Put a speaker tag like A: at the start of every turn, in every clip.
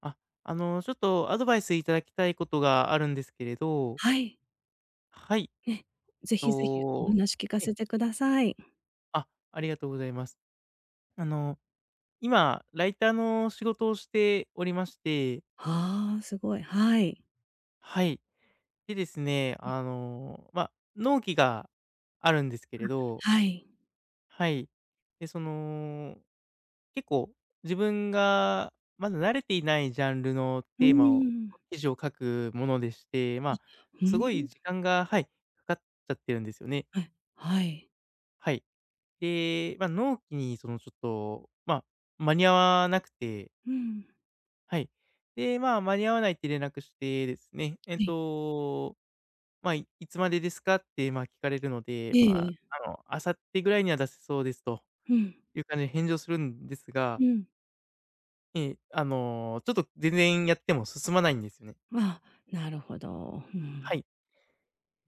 A: あ、ちょっとアドバイスいただきたいことがあるんですけれど、
B: はい。
A: はい。
B: ね、ぜひぜひお
A: と、
B: 話聞か
A: え、
B: せてください。
A: あ、ありがとうございます。あの、今、ライターの仕事をしておりまして、
B: ああ、すごい。はい。
A: はい。でですね、
B: うん、
A: 納期があるんですけれど、
B: はい。
A: はい。で、その、結構自分がまだ慣れていないジャンルの
B: う
A: テーマを
B: ーん。
A: 記事を書くものでして、
B: う
A: す
B: ー
A: ごい
B: ん、
A: 時間が、はい、かかっちゃってるんですよね。
B: はい、はい。
A: はい。で、納期にそのちょっと、まあ、間に合わなくて、
B: うん、
A: はい。で、間に合わないって連絡してですね、
B: はい。
A: いいつまでですかって、聞かれるので、
B: ええ
A: 明後日ぐらいには出せそうですと
B: うん、
A: いう感じで返事をするんです
B: う
A: が、
B: ん。
A: ちょっと全然やっても進まないんですよね。
B: あ、なるほど。うん、
A: はい。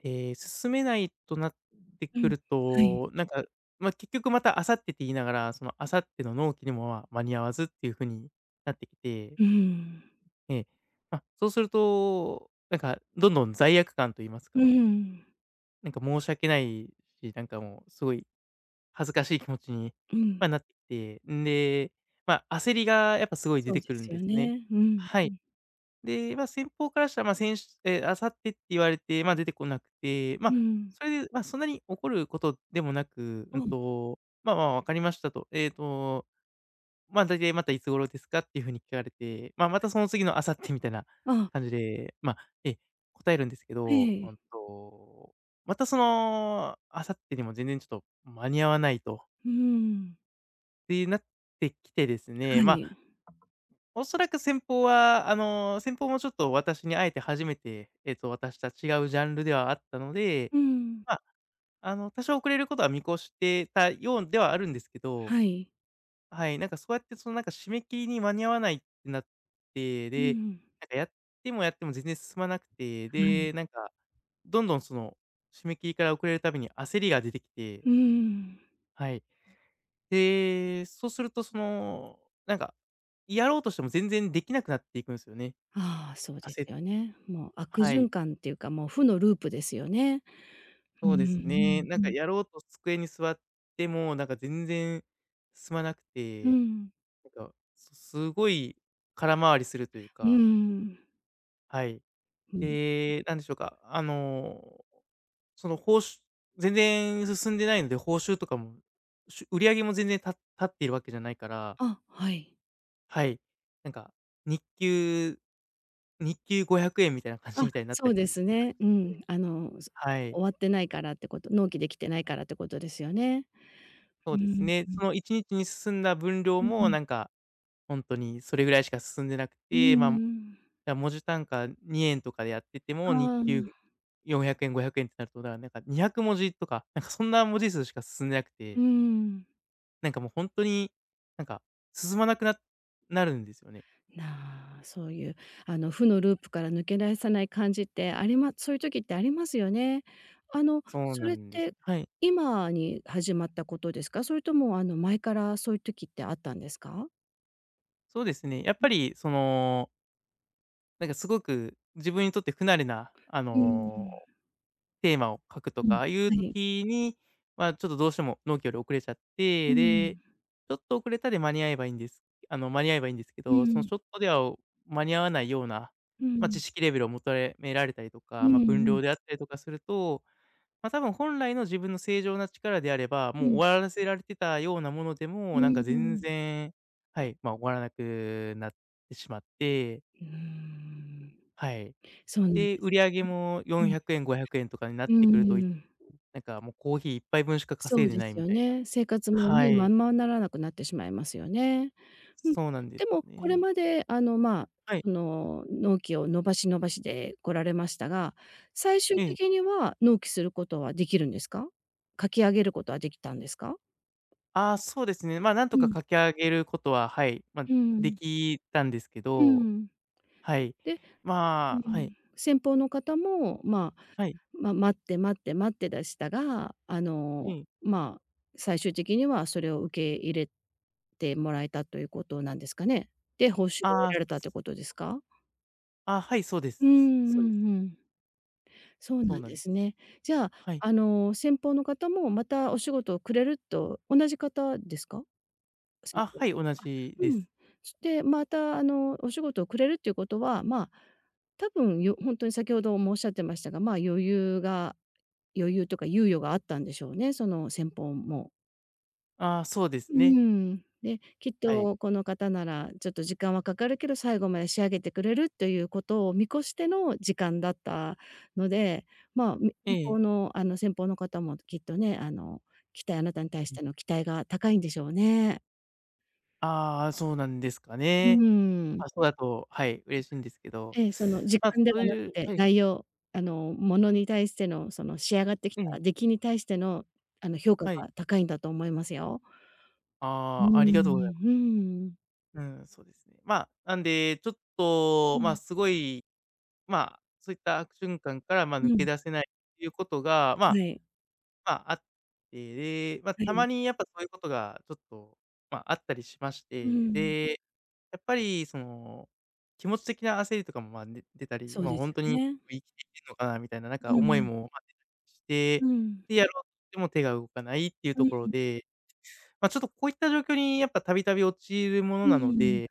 A: 進めないとなって
B: う
A: く
B: ん。
A: る
B: はい。
A: と、結局また明後日って言いながら、その明後日の納期にも、間に合わずっていう風になってきて、
B: うん。
A: ええ、そうすると、なんかどんどん罪悪感と言います
B: う
A: か、
B: ん、
A: なんか申し訳ないし、なんかもうすごい恥ずかしい気持ちに、
B: うん。
A: なってきて、んで、焦りがやっぱすごい出
B: そ
A: て
B: うで
A: くるん
B: す
A: で
B: よ
A: すね。
B: ね。うん、
A: は
B: う
A: い。
B: ん、
A: で、先方からしたら、先週明後日って言われて、出てこなくて、ま
B: う
A: あ、
B: ん。
A: それで、そんなに怒ることでもなく、うんと、まあまあ、「わかりました」と。大体またいつ頃ですかっていう風に聞かれて、またその次の明後日みたいな
B: ああ、
A: 感じで、ま、あえ、答えるんですけ
B: え
A: ど、
B: え。
A: うんと、またその、明後日にも全然ちょっと間に合わないと。
B: うん。
A: ってなってきてですね、
B: はい。
A: おそらく先方は、先方もちょっと私に会えて初めて、渡した違うジャンルではあったので、
B: うん。
A: まあ、多少遅れることは見越してたようではあるんですけど、
B: はい。
A: はい。なんかそうやってそのなんか締め切りに間に合わないってなって、
B: う
A: で、
B: ん。
A: なんかやってもやっても全然進まなくて、
B: はい。
A: で、なんか、どんどんその、締め切りから遅れるたびに焦りが出てきて、
B: うん。
A: はい。で、そうするとその、なんか、やろうとしても全然できなくなっていくんですよね。
B: ああ、そう
A: 焦
B: です
A: って。
B: よね。もう悪
A: はい、
B: 循環っていうか、もう負のループですよね。うん
A: そう
B: う
A: ですね。
B: ん
A: なん
B: う
A: か
B: ん。
A: やろうと机に座っても、なんか全然進まなく
B: う
A: て、
B: ん。
A: なんか、すごい空回りするという
B: うん。う
A: か、
B: ん。
A: はい。で、なんでしょうか、その報酬全然進んでないので、報酬とかも、し売り上げも全然立っているわけじゃないから、
B: あ、はい。
A: はい、なんか日給日給500円みたいな感
B: あ、
A: じみたいになった
B: そうで
A: り
B: す
A: とかし
B: ね。う
A: て、
B: ん。あの、
A: はい。
B: 終わってないからってこと、納期できてないからってことですよね。
A: そ
B: う
A: うです
B: ん。
A: ね。その1日にちに進んだ分量
B: うんう
A: も
B: ん。
A: なんか、本当にそれぐらいしか進んでなく
B: う
A: て、じ
B: ん。
A: ゃあ文字単価2円とかでやってて
B: あ
A: も、日
B: あ、う
A: 給400円、500円ってなると、だ、なんか200文字とか、なんかそんな文字数しか進んでなくて、
B: ん。
A: なんかもう本当に、なんか進まなくななるんですよね。
B: なそういう、あの、負のループから抜け出さない感じってありまそういう時ってありますよね。あの、
A: そう
B: そ
A: な
B: れっ
A: んです。
B: て
A: はい。
B: 今に始まったことですか？それとも、あの、前からそういう時ってあったんですか？
A: そうですね。やっぱりその、なんかすごく自分にとって不慣れな、
B: うん、
A: テーマを書くと
B: う
A: か、
B: ん、
A: ああいう
B: はい。
A: 時に、ちょっとどうしても納期より遅れちゃっ
B: う
A: て、で、
B: ん、
A: ちょっと遅れたで間に合えばいいんです。間に合えばいいんですけ
B: うん、
A: ど、
B: う
A: そのちょっ
B: ん。
A: とでは間に合わないような、
B: う
A: 知
B: ん、
A: 識レベルを求められたりと
B: う
A: か、分
B: ん、
A: 量であったりとかすると、多分本来の自分の正常な力であれば、
B: う
A: もう
B: ん、
A: 終わらせられてたようなもので
B: う
A: も、なんか全
B: ん。
A: 然、はい、終わらなくなってしまって、
B: うーん、
A: はい。
B: そうなん
A: で、
B: で
A: 売
B: す。
A: り上げも
B: うん。
A: 400円、500円とかになっ
B: う
A: てくると、い、
B: ん。
A: なんかもうコーヒーいっぱ杯分しか
B: そ
A: 稼い
B: う
A: で
B: で
A: ない
B: す
A: み
B: よ
A: たいな。
B: ね。生活も
A: は
B: ね、ま
A: い。
B: んまならなくなってしまいますよね。うん。
A: そうなんで
B: で
A: す
B: も
A: よ
B: これ
A: ね。
B: まで、あの、まあ、
A: はい。
B: その、納期を延ばし延ばしで来られましたが、最終
A: ええ。
B: 的には納期することはできるんですか？書き上げることはできたんですか？
A: ああ、そうですね。なんと
B: う
A: か
B: ん、
A: 駆け上げることは、はい、
B: う
A: で
B: ん、
A: きたんですけ
B: う
A: ど、
B: ん。
A: はい。
B: でう
A: はい、
B: ん。先方の方も、まあ、
A: はい、
B: まあ、待って待って待ってでしたが、あ
A: え
B: の、
A: え。
B: まあ、最終的にはそれを受け入れてもらえたということなんですかね。で、報酬を
A: あ
B: 得
A: あ、
B: られたってことですか？
A: あ、はい、そうで
B: う
A: す。
B: んうん
A: そうです。
B: うん。そうな
A: そう
B: ん
A: なん
B: で
A: です。
B: すね。じゃあ、
A: はい。
B: あの、先方の方もまたお仕事をくれると同じ方ですか？先
A: あ、
B: 方。
A: はい、同
B: あ、
A: じ
B: う
A: です。
B: ん。でまた、あの、お仕事をくれるっていうことは、まあ、多分本当に先ほどもおっしゃってましたが、まあ、余裕とか猶予があったんでしょうね、その先方も。
A: ああ、そうです
B: う
A: ね。
B: ーん。で、きっ
A: はい。
B: とこの方ならちょっと時間はかかるけど、最後まで仕上げてくれるということを見越しての時間だったので、まあ、
A: え
B: 向こ
A: え。
B: うの、あの、先方の方もきっとね、あの、あなたに対しての期待が高いんでしょうね。
A: ああ、そうなんですか
B: う
A: ね。
B: ーん。
A: そうだと、はい、嬉しいんですけど、
B: ええ、その時
A: まあ、
B: 間で
A: そう
B: はなく
A: いう
B: て、
A: はい、
B: 内容、あの、ものに対してのその仕上がってき
A: うん、
B: た出来に対しての、あの、評価
A: はい。
B: が高いんだと思いますよ。うーん、
A: ああ、ありがとうございます。
B: うーん。
A: うん、そうですね。まあ、なんで、ちょっ
B: う
A: と、まあ、
B: ん。
A: すごい、ま、あ、そういった悪循環から、
B: う
A: 抜け
B: ん、
A: 出せないっていうことが、
B: はい、
A: あって、で、
B: は
A: た
B: い。
A: まにやっぱそういうことがちょっと、あったりしまし
B: う
A: て、
B: ん、
A: で、やっぱりその、気持ち的な焦りとかも、出たり、
B: そう
A: まあ
B: です
A: 本当
B: よ
A: に
B: ね。
A: 生きていけるのかなみたいな、なん
B: う
A: か思い
B: ん、
A: も、出たりし
B: う
A: て、
B: ん、
A: で、やろうとしても手が動かないっていう
B: う
A: ところ
B: ん、
A: で、ちょっとこういった状況にやっぱたびたび陥るもの
B: う
A: なの
B: ん、
A: で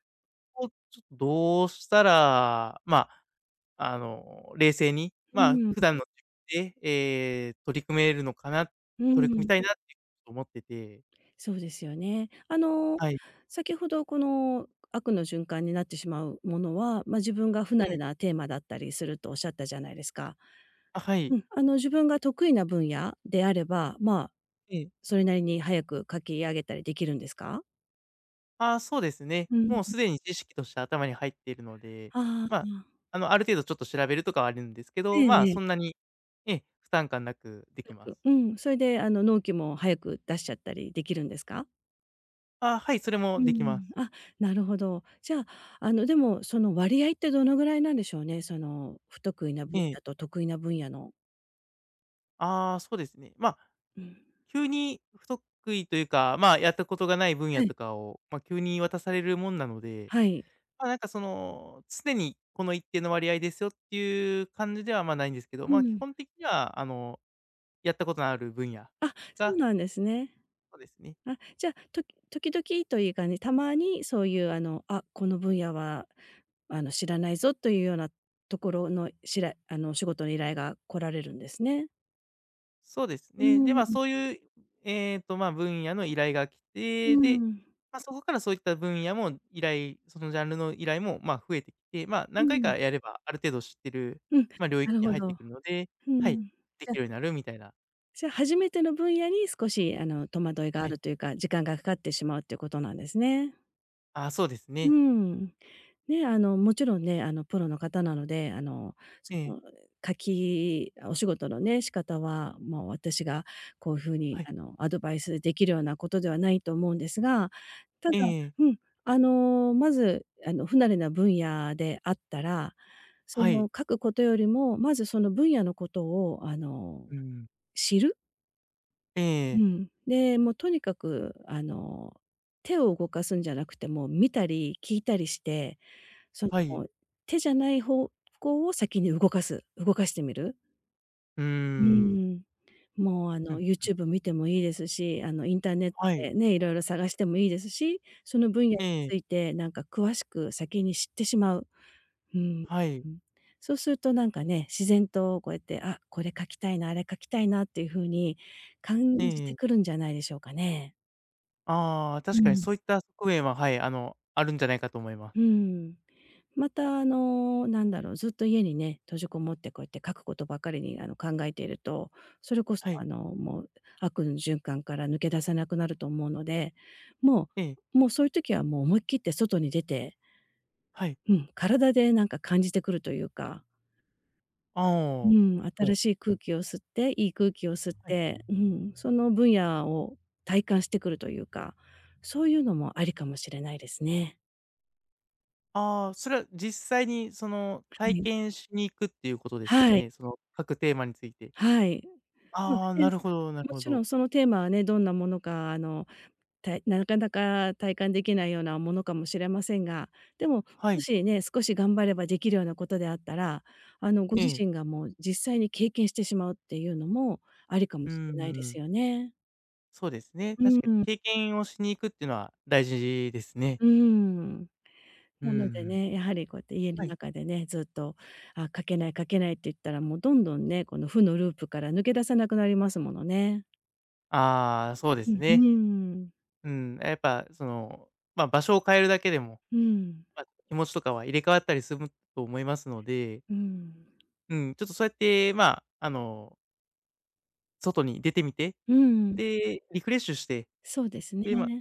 A: を、ちょっとどうしたら、冷静に、
B: うん、
A: 普段の自分で、取り組めるのかな、
B: う
A: 取り組み
B: ん、
A: たいなって思ってて。
B: そうですよね。あの、
A: はい。
B: 先ほどこの悪の循環になってしまうものは、ま、自分が不慣
A: え
B: れ
A: え。
B: なテーマだったりするとおっしゃったじゃないですか。
A: あ、はい。
B: うん、あの、自分が得意な分野であれば、まあ、
A: ええ。
B: それなりに早く書き上げたりできるんですか？
A: あ、そうですね。
B: うん。
A: もうすでに知識として頭に入っているので、
B: あ
A: まあ、
B: あ、
A: ある程度ちょっと調べるとかはあるんですけ
B: え
A: ど、
B: ええ
A: そん
B: え。
A: なに、ええ、負担感なくでき
B: 深
A: ます。
B: くうん、それであの納期も早く出しちゃったりできるんですか？
A: ああ、はい、それ
B: う
A: もできま
B: ん、
A: す。
B: あ、なるほど。じゃあ、あの、でも、その割合ってどのぐらいなんでしょうね？その、不得意な
A: え
B: 分野
A: え。
B: と得意な分野の。
A: ああ、そうですね。
B: うん。
A: 急に意というか、やったことがない分野
B: はい。
A: とかを、急に渡されるもんなので、
B: はい。
A: なんかその、常にこの一定の割合ですよっていう感じでは、ないんですけど、
B: う
A: 基
B: ん。
A: 本的にはやったことのある分野
B: あ、そ
A: が、
B: うなんですね。
A: そうですね。
B: あ、じゃあ、時々というかね、たまにそういう、あの、あ、この分野は、あの、知らないぞというようなところの、あの、お仕事の依頼が来られるんですね。
A: そうです
B: う
A: ね。で、ま
B: ん。
A: あ、そういう、ええと、まあ、分野の依頼が来
B: う
A: て、で、
B: ん。
A: そこからそういった分野もそのジャンルの依頼も、増えてきて、
B: う
A: 何回
B: ん。
A: かやればある程度知ってる、
B: うん、
A: 領
B: な
A: 域
B: る
A: に
B: ほ
A: 入って
B: ど。
A: くるので、
B: う
A: はい、
B: ん。
A: で
B: じゃ
A: き
B: あ
A: るようになるみたいな。
B: じゃ、初めての分野に少し、あの、戸惑いがあ
A: はい。
B: るというか、時間がかかってしまうということなんですね。
A: あー、そうです
B: う
A: ね。
B: ん。ね、あの、もちろんね、あの、プロの方なので、あの、
A: え
B: そ
A: ー、
B: の、お仕事のね、仕方は、もう私がこういう風
A: は
B: に、
A: い。
B: あの、アドバイスできるようなことではないと思うんですが、ただ
A: えー、
B: うん、あの、まず、あの、不慣れな分野であったら、そ
A: は
B: の、
A: い。
B: 書くことよりも、まずその分野のことを、あの、
A: うん。
B: 知る
A: え
B: う
A: ー、
B: ん。で、もうとにかく、あの、手を動かすんじゃなくて、もう見たり聞いたりして、そ
A: はい。
B: の、手じゃない方向を先に動かしてみる。
A: うー
B: う
A: ん。
B: ん。もう、あ
A: う
B: の、
A: ん、
B: YouTube 見てもいいですし、あの、インターネット
A: はい。
B: でね、いろいろ探してもいいですし、その分野に
A: えー、
B: ついてなんか詳しく先に知ってしまう。うん、
A: はい。
B: うん。そうするとなんかね、自然とこうやって、あ、これ書きたいな、あれ書きたいなっていう風に
A: え
B: 感じて
A: ー、
B: くるんじゃないでしょうかね。
A: ああ、
B: う
A: 確かに
B: ん、
A: そういった側面は、はい、あるんじゃないかと思います。
B: うん。またあの、なんだろう、ずっと家にね、閉じこもってこうやって書くことばかりにあの考えていると、それこそ
A: はい。
B: あの、もう悪の循環から抜け出せなくなると思うので、も
A: ええ。
B: もうそういう時はもう思い切って外に出て、
A: はい。
B: うん、体でなんか感じてくるというか、
A: あ
B: う
A: あ。
B: ん、
A: うん
B: 新しい
A: う
B: 空
A: ん。
B: 気を吸って、いい空気を吸っ
A: はい。
B: て、うん、その分野を体感してくるというか、そういうのもありかもしれないですね。
A: ああ、それは実際にその
B: は
A: 体
B: い。
A: 験しに行くっていうことですか
B: はい。
A: ね？その各テーマについて。
B: はい。まあ、
A: ああ、な
B: ね、
A: るほどなる
B: も
A: ほ
B: ちろ
A: ど。
B: んそのテーマはね、どんなものか、あの、なかなか体感できないようなものかもしれませんが、でも、
A: は
B: も
A: い。
B: しね、少し頑張ればできるようなことであったら、あの、ご
A: え
B: 自
A: え。
B: 身がもう実際に経験してしまうっていうのもありかも
A: うー
B: しれないで
A: ん。
B: すよね。
A: そうですね。
B: う
A: 確かに
B: ん、
A: 経験をしに行くっていうのは大事ですね。
B: うん。
A: うん
B: なの
A: う
B: で
A: ん。
B: ね、やはりこうやって家
A: は
B: の
A: い。
B: 中でね、ずっと、あ、書けない書けないって言ったら、もうどんどんね、この負のループから抜け出せなくなりますものね。
A: ああ、そうで
B: う
A: す
B: ん、
A: ね。
B: うん。
A: うん。やっぱその、場所を変えるだけでも、
B: うん、
A: 気持ちとかは入れ替わったりすと思いますので、
B: うん。
A: うん、ちょっとそうやって、外に出てみて、
B: うん、
A: で、リフレッシュして、
B: そうですね。
A: で、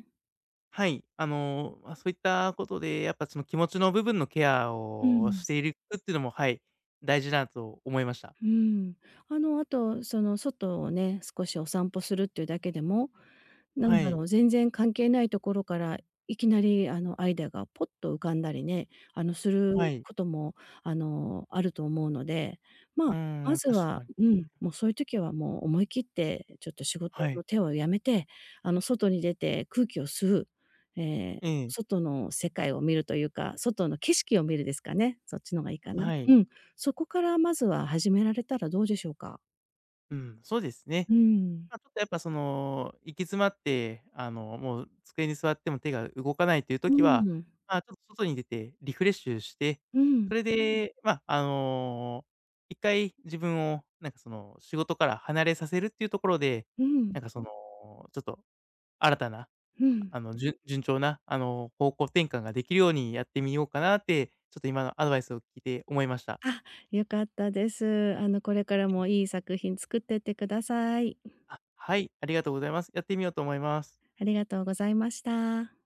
A: はい、そういったことで、やっぱその気持ちの部分のケア
B: う
A: をし
B: ん。
A: ているくっていうのも、はい、大事だと思いました。
B: うん。あの、あと、その、外をね、少しお散歩するっていうだけでも、なん
A: は
B: だ
A: い、
B: ろう、全然関係ないところから、いきなり、あの、アイデアがポッと浮かんだりね、あの、す
A: は
B: る
A: い。
B: ことも、あの、あると思うので、ま
A: う
B: あ、
A: ー
B: ま
A: ん、
B: ず
A: 確か
B: は
A: に。
B: うん、もうそういう時はもう思い切って、ちょっと仕
A: は
B: 事
A: い。
B: の手をやめて、あの、外に出て空気を吸う、ええ、
A: ええ、
B: 外の世界を見るというか、外の景色を見るですかね、そっちの方がいいかな。
A: は
B: う
A: い。
B: ん。そこからまずは始められたらどうでしょうか？
A: うん、そうですね。
B: うん。
A: ちょっとやっぱその、行き詰まって、もう机に座っても手が動かないという
B: う
A: 時は、
B: ん。
A: ちょっと外に出てリフレッシュして、
B: うん、
A: それで、ま、あの、1回自分をなんかその、仕事から離れさせるっていうところで、
B: うん、
A: なんかその、ちょっと新たな、
B: うん。
A: 順調な、方向転換ができるようにやってみようかなって、ちょっと今のアドバイスを聞いて思いました。
B: あ、良かったです。あの、これからもいい作品作ってってください。
A: あ、はい、ありがとうございます。やってみようと思います。
B: ありがとうございました。